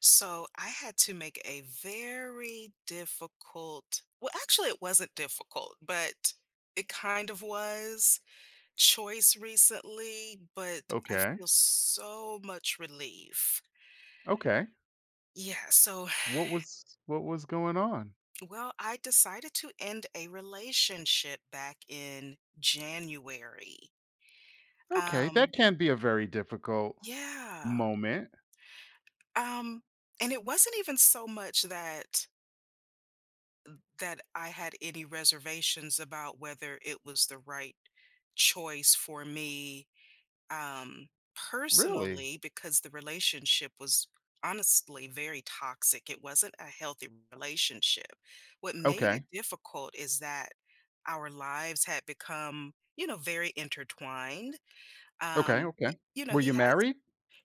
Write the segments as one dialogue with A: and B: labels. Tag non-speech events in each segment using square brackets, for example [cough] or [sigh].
A: So I had to make a very difficult, well, actually, it wasn't difficult, but it kind of was choice recently, but I
B: Okay,
A: feel so much relief.
B: okay.
A: Yeah, so,
B: What was going on?
A: [sighs] well, I decided to end a relationship back in January.
B: Okay, that
A: Um,
B: can be a very difficult
A: yeah.
B: moment.
A: Um, and it wasn't even so much that I had any reservations about whether it was the right choice for me um,
B: Really?
A: personally, because the relationship was honestly very toxic. It wasn't a healthy relationship. What made it
B: Okay,
A: difficult is that our lives had become, you know, very intertwined.
B: okay,
A: Um,
B: okay.
A: y- you know,
B: Were you
A: he has
B: married?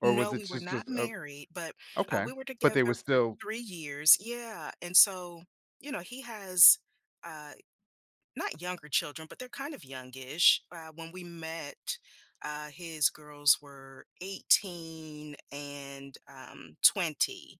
B: Or was
A: no,
B: it
A: we were
B: just
A: not
B: just a
A: married, but,
B: okay,
A: we were
B: but they were
A: together for
B: still
A: 3 years. Yeah, and so, you know, he has, uh, not younger children, but they're kind of youngish. When we met, his girls were 18 and, 20,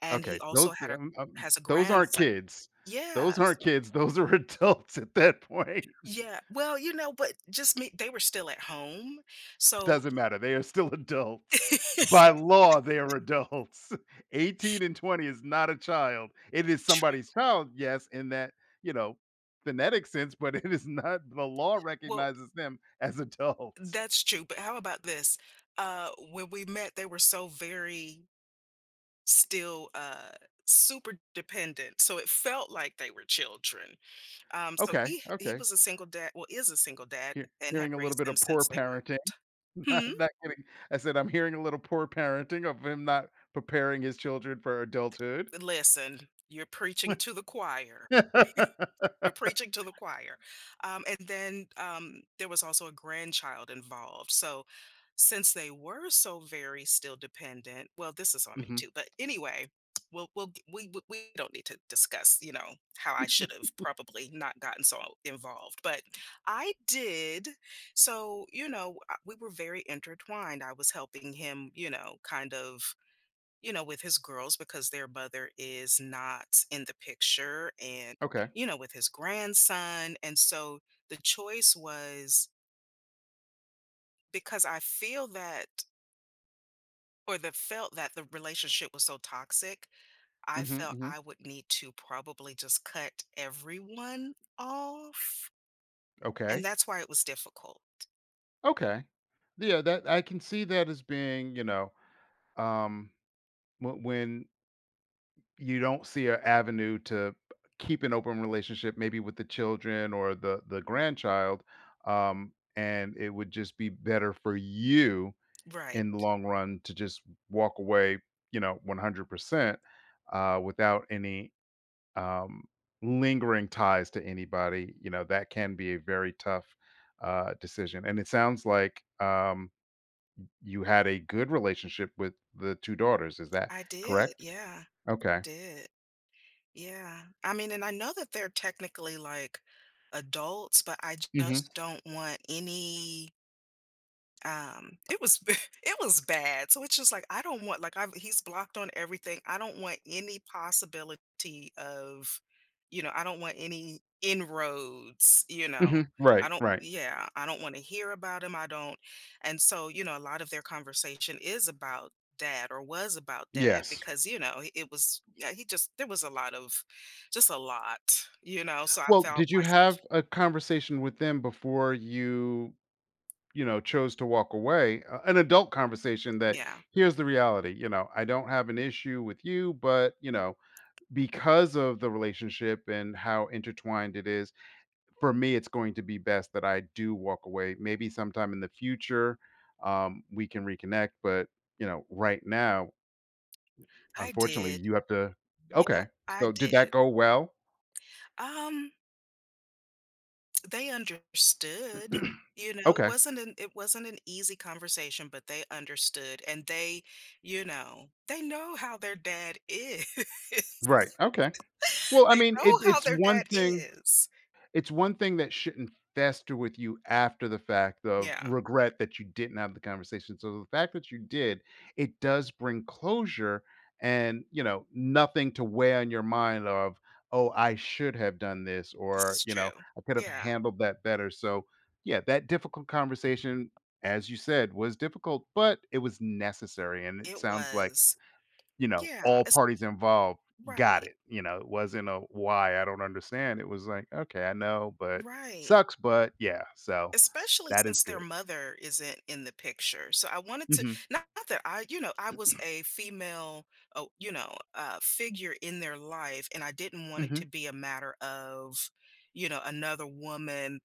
A: and he
B: okay,
A: also had a has a
B: those aren't
A: grandson.
B: kids. Those
A: Yes.
B: aren't kids, those are [laughs] adults at that point.
A: Yeah. Well, you know, but just me they were still at home, so
B: Doesn't matter. They are still [laughs] adults.
A: [laughs]
B: By law, they are adults. [laughs] 18 and 20 is not a child. It is
A: true.
B: somebody's child, yes, in that, you know, phonetic sense, but [laughs] it is not the law
A: Well,
B: recognizes them as adults.
A: that's true, but how about this? When we met, they were so very still, super dependent, so it felt like they were children. Um, so
B: Okay,
A: he he
B: okay.
A: was a single dad, well, is a single dad,
B: Hear
A: and had
B: hearing a little
A: raised
B: bit
A: them
B: of poor
A: since they were.
B: parenting. [laughs]
A: Hmm.
B: Not kidding. I said I'm hearing a little poor parenting of him not preparing his children for adulthood.
A: Listen, you're preaching
B: [laughs]
A: to the choir. You're preaching to the choir. And then there was also a grandchild involved. So since they were so very still dependent, well, this is on me
B: Mhm.
A: too. But anyway, we'll, g- we don't need to discuss, you know, how I should have probably not gotten so involved, but I did. So you know, we were very intertwined. I was helping him, you know, kind of with his girls because their mother is not in the picture, and,
B: Okay.
A: you know, with his grandson. And so the choice was because I feel that or the felt that the relationship was so toxic, I
B: Mhm,
A: felt
B: mhm.
A: I would need to probably just cut everyone off. And
B: Okay.
A: that's why it was difficult.
B: Okay. Yeah, that I can see that as being, um, when you don't see an avenue to keep an open relationship, maybe with the children or the grandchild, and it would just be better for you in the
A: Right.
B: long run to just walk away, you know, 100%, without any um, lingering ties to anybody. You know, that can be a very tough decision, and it sounds like. You had a good relationship with the 2 daughters, is that
A: I did.
B: correct?
A: Yeah, I
B: Okay.
A: did. Yeah. I mean, and I know that they're technically like adults, but I
B: Mhm,
A: just don't want any it was [laughs] it was bad. So it's just like I don't want like I've he's blocked on everything. I don't want any possibility of, you know, I don't want any inroads,
B: mhm, right,
A: I don't
B: right,
A: yeah, I don't wanna hear about him, I don't and so, you know, a lot of their conversation is about dad or was about dad
B: yes.
A: because, you know, I it was yeah, he just there was a lot of just a lot, you know, so I
B: Well,
A: felt
B: did you
A: myself
B: have a conversation with them before you, you know, chose to walk away? A an adult conversation that,
A: yeah.
B: "Here's the reality, you know, I don't have an issue with you, but, you know, because of the relationship and how intertwined it is, for me, it's going to be best that I do walk away. Maybe sometime in the future, we can reconnect. But, you know, right now,
A: I
B: unfortunately,
A: did.
B: you have to
A: Yeah,
B: Okay.
A: I
B: So did that
A: did.
B: go well?
A: Um, they understood, you know,
B: Okay.
A: it wasn't an easy conversation, but they understood, and they, you know, they know how their dad is. [laughs]
B: Right. Okay. Well, I
A: They
B: mean, it
A: know how
B: it's
A: their
B: one
A: dad
B: thing
A: is.
B: It's one thing that shouldn't fester with you after the fact of
A: Yeah,
B: regret that you didn't have the conversation. So the fact that you did, it does bring closure and, you know, nothing to weigh on your mind of, "Oh, I should have done this,"
A: this
B: or,
A: is
B: you know,
A: true.
B: "I could have
A: Yeah,
B: handled that better." So, yeah, that difficult conversation, as you said, was difficult, but it was necessary, and it
A: it
B: sounds like
A: was.
B: you know,
A: Yeah,
B: all
A: it's
B: parties involved got
A: right,
B: it. You know, it wasn't a why I don't understand. It was like, okay, I know, but
A: right,
B: sucks, but yeah. So
A: especially
B: that is
A: since their
B: good.
A: mother isn't in the picture, so I wanted to
B: Hmm.
A: not that I you know, I was a female, oh, you know, figure in their life, and I didn't want it
B: Hmm.
A: to be a matter of, you know, another woman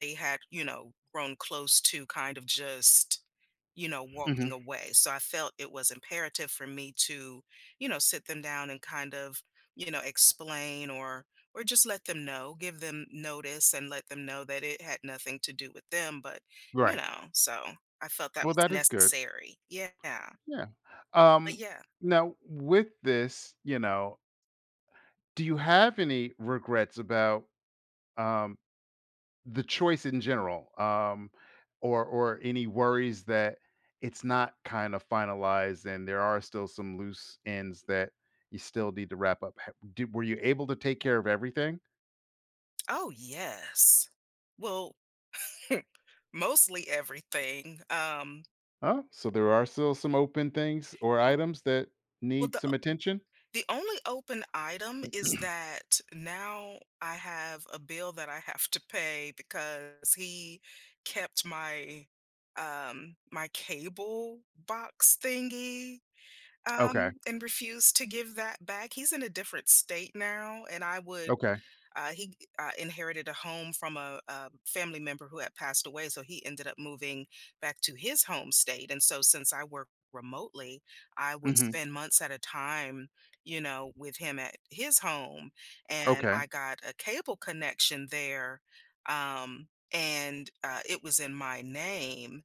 A: they had, you know, grown close to kind of just, you know,
B: Hmm.
A: walking away. So I felt it was imperative for me to, you know, sit them down and kind of, you know, explain or just let them know, give them notice and let them know that it had nothing to do with them, but you
B: Right.
A: know, so I felt that
B: Well,
A: was
B: that is good.
A: necessary. Yeah.
B: Yeah.
A: But
B: Um,
A: yeah.
B: now with this, you know, do you have any regrets about um the choice in general, or any worries that it's not kind of finalized and there are still some loose ends that you still need to wrap up. Ha- Did, were you able to take care of everything?
A: Oh, yes. Well, [laughs] mostly everything.
B: Oh, so there are still some open things or
A: Oh,
B: items that
A: well,
B: need some attention?
A: the only open item is that now I have a bill that I have to pay because he kept my my cable box thingy
B: Okay.
A: and refused to give that back. He's in a different state now, and I would
B: Okay.
A: he inherited a home from a family member who had passed away, so he ended up moving back to his home state. And so, since I work remotely, I would
B: Hmm.
A: spend months at a time, you know, with him at his home, and
B: Okay.
A: I got a cable connection there, um, and it was in my name,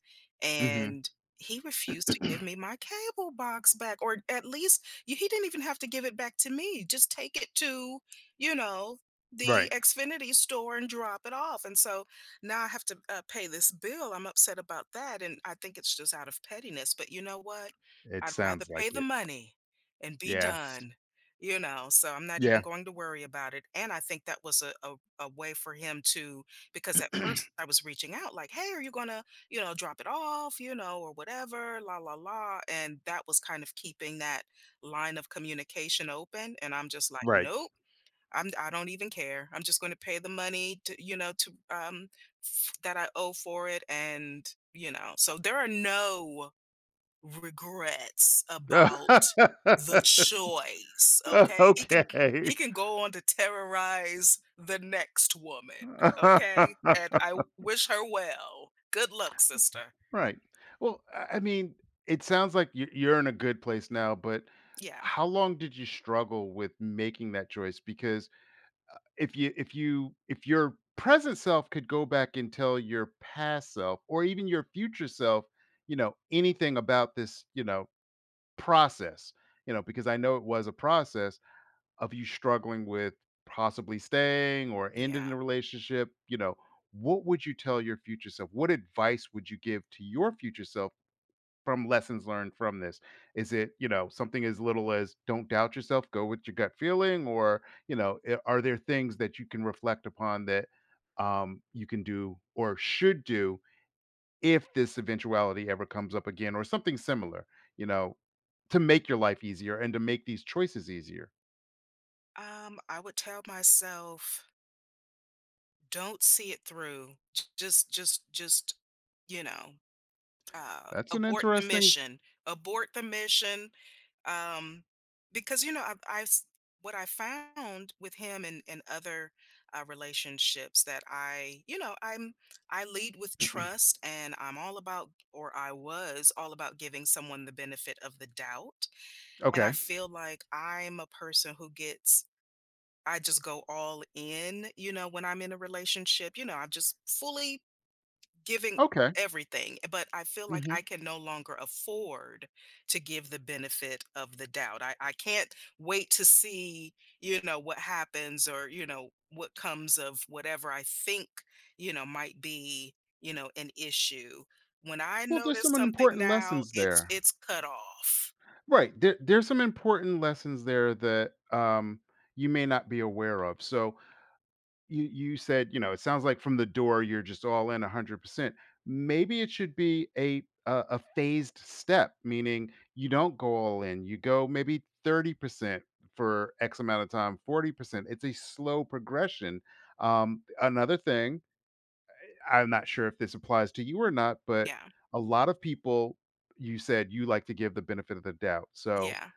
B: Hmm.
A: and he refused to give me my cable box back, or at least you, he didn't even have to give it back to me, just take it to you know the
B: Right.
A: Xfinity store and drop it off. And so now I have to pay this bill. I'm upset about that. And I think it's just out of pettiness. But you know what?
B: It
A: I'd rather
B: sounds
A: pay
B: like
A: the
B: it.
A: money and be
B: Yes.
A: done, you know? So I'm not even
B: Yeah.
A: going to worry about it. And I think that was a, a way for him to, because at first I was reaching out like, hey, are you going to, you know, drop it off, you know, or whatever, la, la, la. And that was kind of keeping that line of communication open. And I'm just like,
B: Right.
A: nope, I don't even care. I'm just going to pay the money to you know to that I owe for it, and you know. So there are no regrets
B: [laughs]
A: about the choice, okay?
B: Okay.
A: He can go on to terrorize the next woman, okay? And
B: [laughs]
A: I wish her well. Good luck, sister.
B: Right. Well, I mean, it sounds like you- you're in a good place now, but
A: Yeah.
B: how long did you struggle with making that choice? Because if your present self could go back and tell your past self or even your future self, you know, anything about this, you know, process, you know, because I know it was a process of you struggling with possibly staying or ending
A: Yeah.
B: the relationship, you know, what would you tell your future self? What advice would you give to your future self? From lessons learned from this? Is it, you know, something as little as don't doubt yourself, go with your gut feeling, or you know, I- are there things that you can reflect upon that you can do or should do if this eventuality ever comes up again, or something similar? You know, to make your life easier and to make these choices easier.
A: I would tell myself don't see it through. Just you know,
B: That's an
A: abort the
B: interesting.
A: mission, abort the mission. Um, because you know, what I found with him and other relationships that I, you know, I lead with trust, and I'm all about, or I was all about giving someone the benefit of the doubt. And I
B: Okay.
A: feel like I'm a person who gets. I just go all in, you know, when I'm in a relationship, you know, I just fully giving
B: Okay.
A: everything, but I feel like
B: Hmm.
A: I can no longer afford to give the benefit of the doubt. I can't wait to see, you know, what happens, or, you know, what comes of whatever I think, you know, might be, you know, an issue. When I
B: Well, there's
A: notice
B: some
A: something
B: important
A: now,
B: lessons there.
A: it's cut off.
B: Right. There's some important lessons there that you may not be aware of. So you said, you know, it sounds like from the door you're just all in 100%. Maybe it should be a phased step, meaning you don't go all in. You go maybe 30% for X amount of time, 40%. It's a slow progression. Another thing, I'm not sure if this applies to you or not, but
A: Yeah.
B: a lot of people you said you like to give the benefit of the doubt. So
A: Yeah.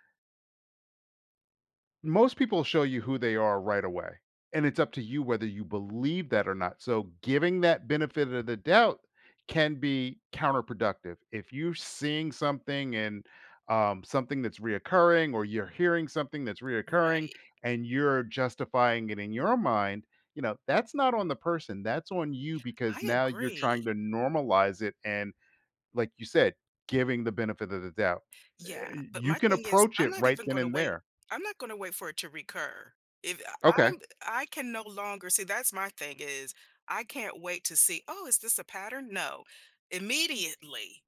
B: most people show you who they are right away, and it's up to you whether you believe that or not, so giving that benefit of the doubt can be counterproductive if you're seeing something, and something that's reoccurring or you're hearing something that's reoccurring
A: Right.
B: and you're justifying it in your mind, you know that's not on the person, that's on you because
A: I
B: now you're trying
A: agree.
B: to normalize it, and like you said, giving the benefit of the doubt
A: Yeah,
B: Eh,
A: but
B: you
A: my
B: can
A: thing is,
B: approach
A: I'm
B: it
A: not
B: right
A: even
B: then
A: gonna
B: and
A: wait.
B: there
A: I'm not gonna wait for it to recur. If I-
B: okay.
A: I can no longer see, that's my thing is, I can't wait to see, "Oh, is this a pattern?" No. Immediately,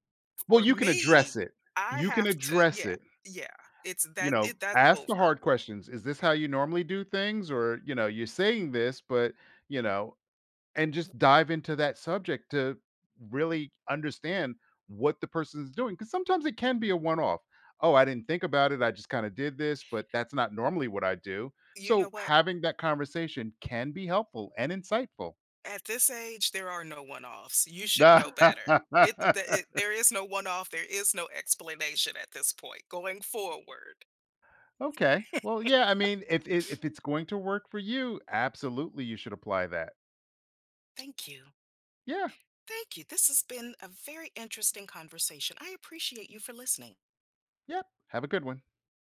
B: Well,
A: for
B: you can address
A: me,
B: it.
A: I
B: You can
A: have to
B: address
A: yeah,
B: it.
A: yeah, it's
B: You
A: that
B: know,
A: it that's
B: ask the
A: over.
B: hard questions. Is this how you normally do things? Or, you know, you're saying this, but, you know, and just dive into that subject to really understand what the person is doing. Because sometimes it can be a one off. Oh, I didn't think about it. I just kind of did this, but that's not normally what I do.
A: You
B: So
A: know what?
B: having that conversation can be helpful and insightful.
A: At this age, there are no one-offs. You should know better. It the it
B: [laughs]
A: there is no one-off, there is no explanation at this point going forward.
B: Okay. Well,
A: [laughs]
B: yeah, I mean, if, if it's going to work for you, absolutely you should apply that.
A: Thank you.
B: Yeah.
A: Thank you. This has been a very interesting conversation. I appreciate you for listening.
B: Yep. Have a good one.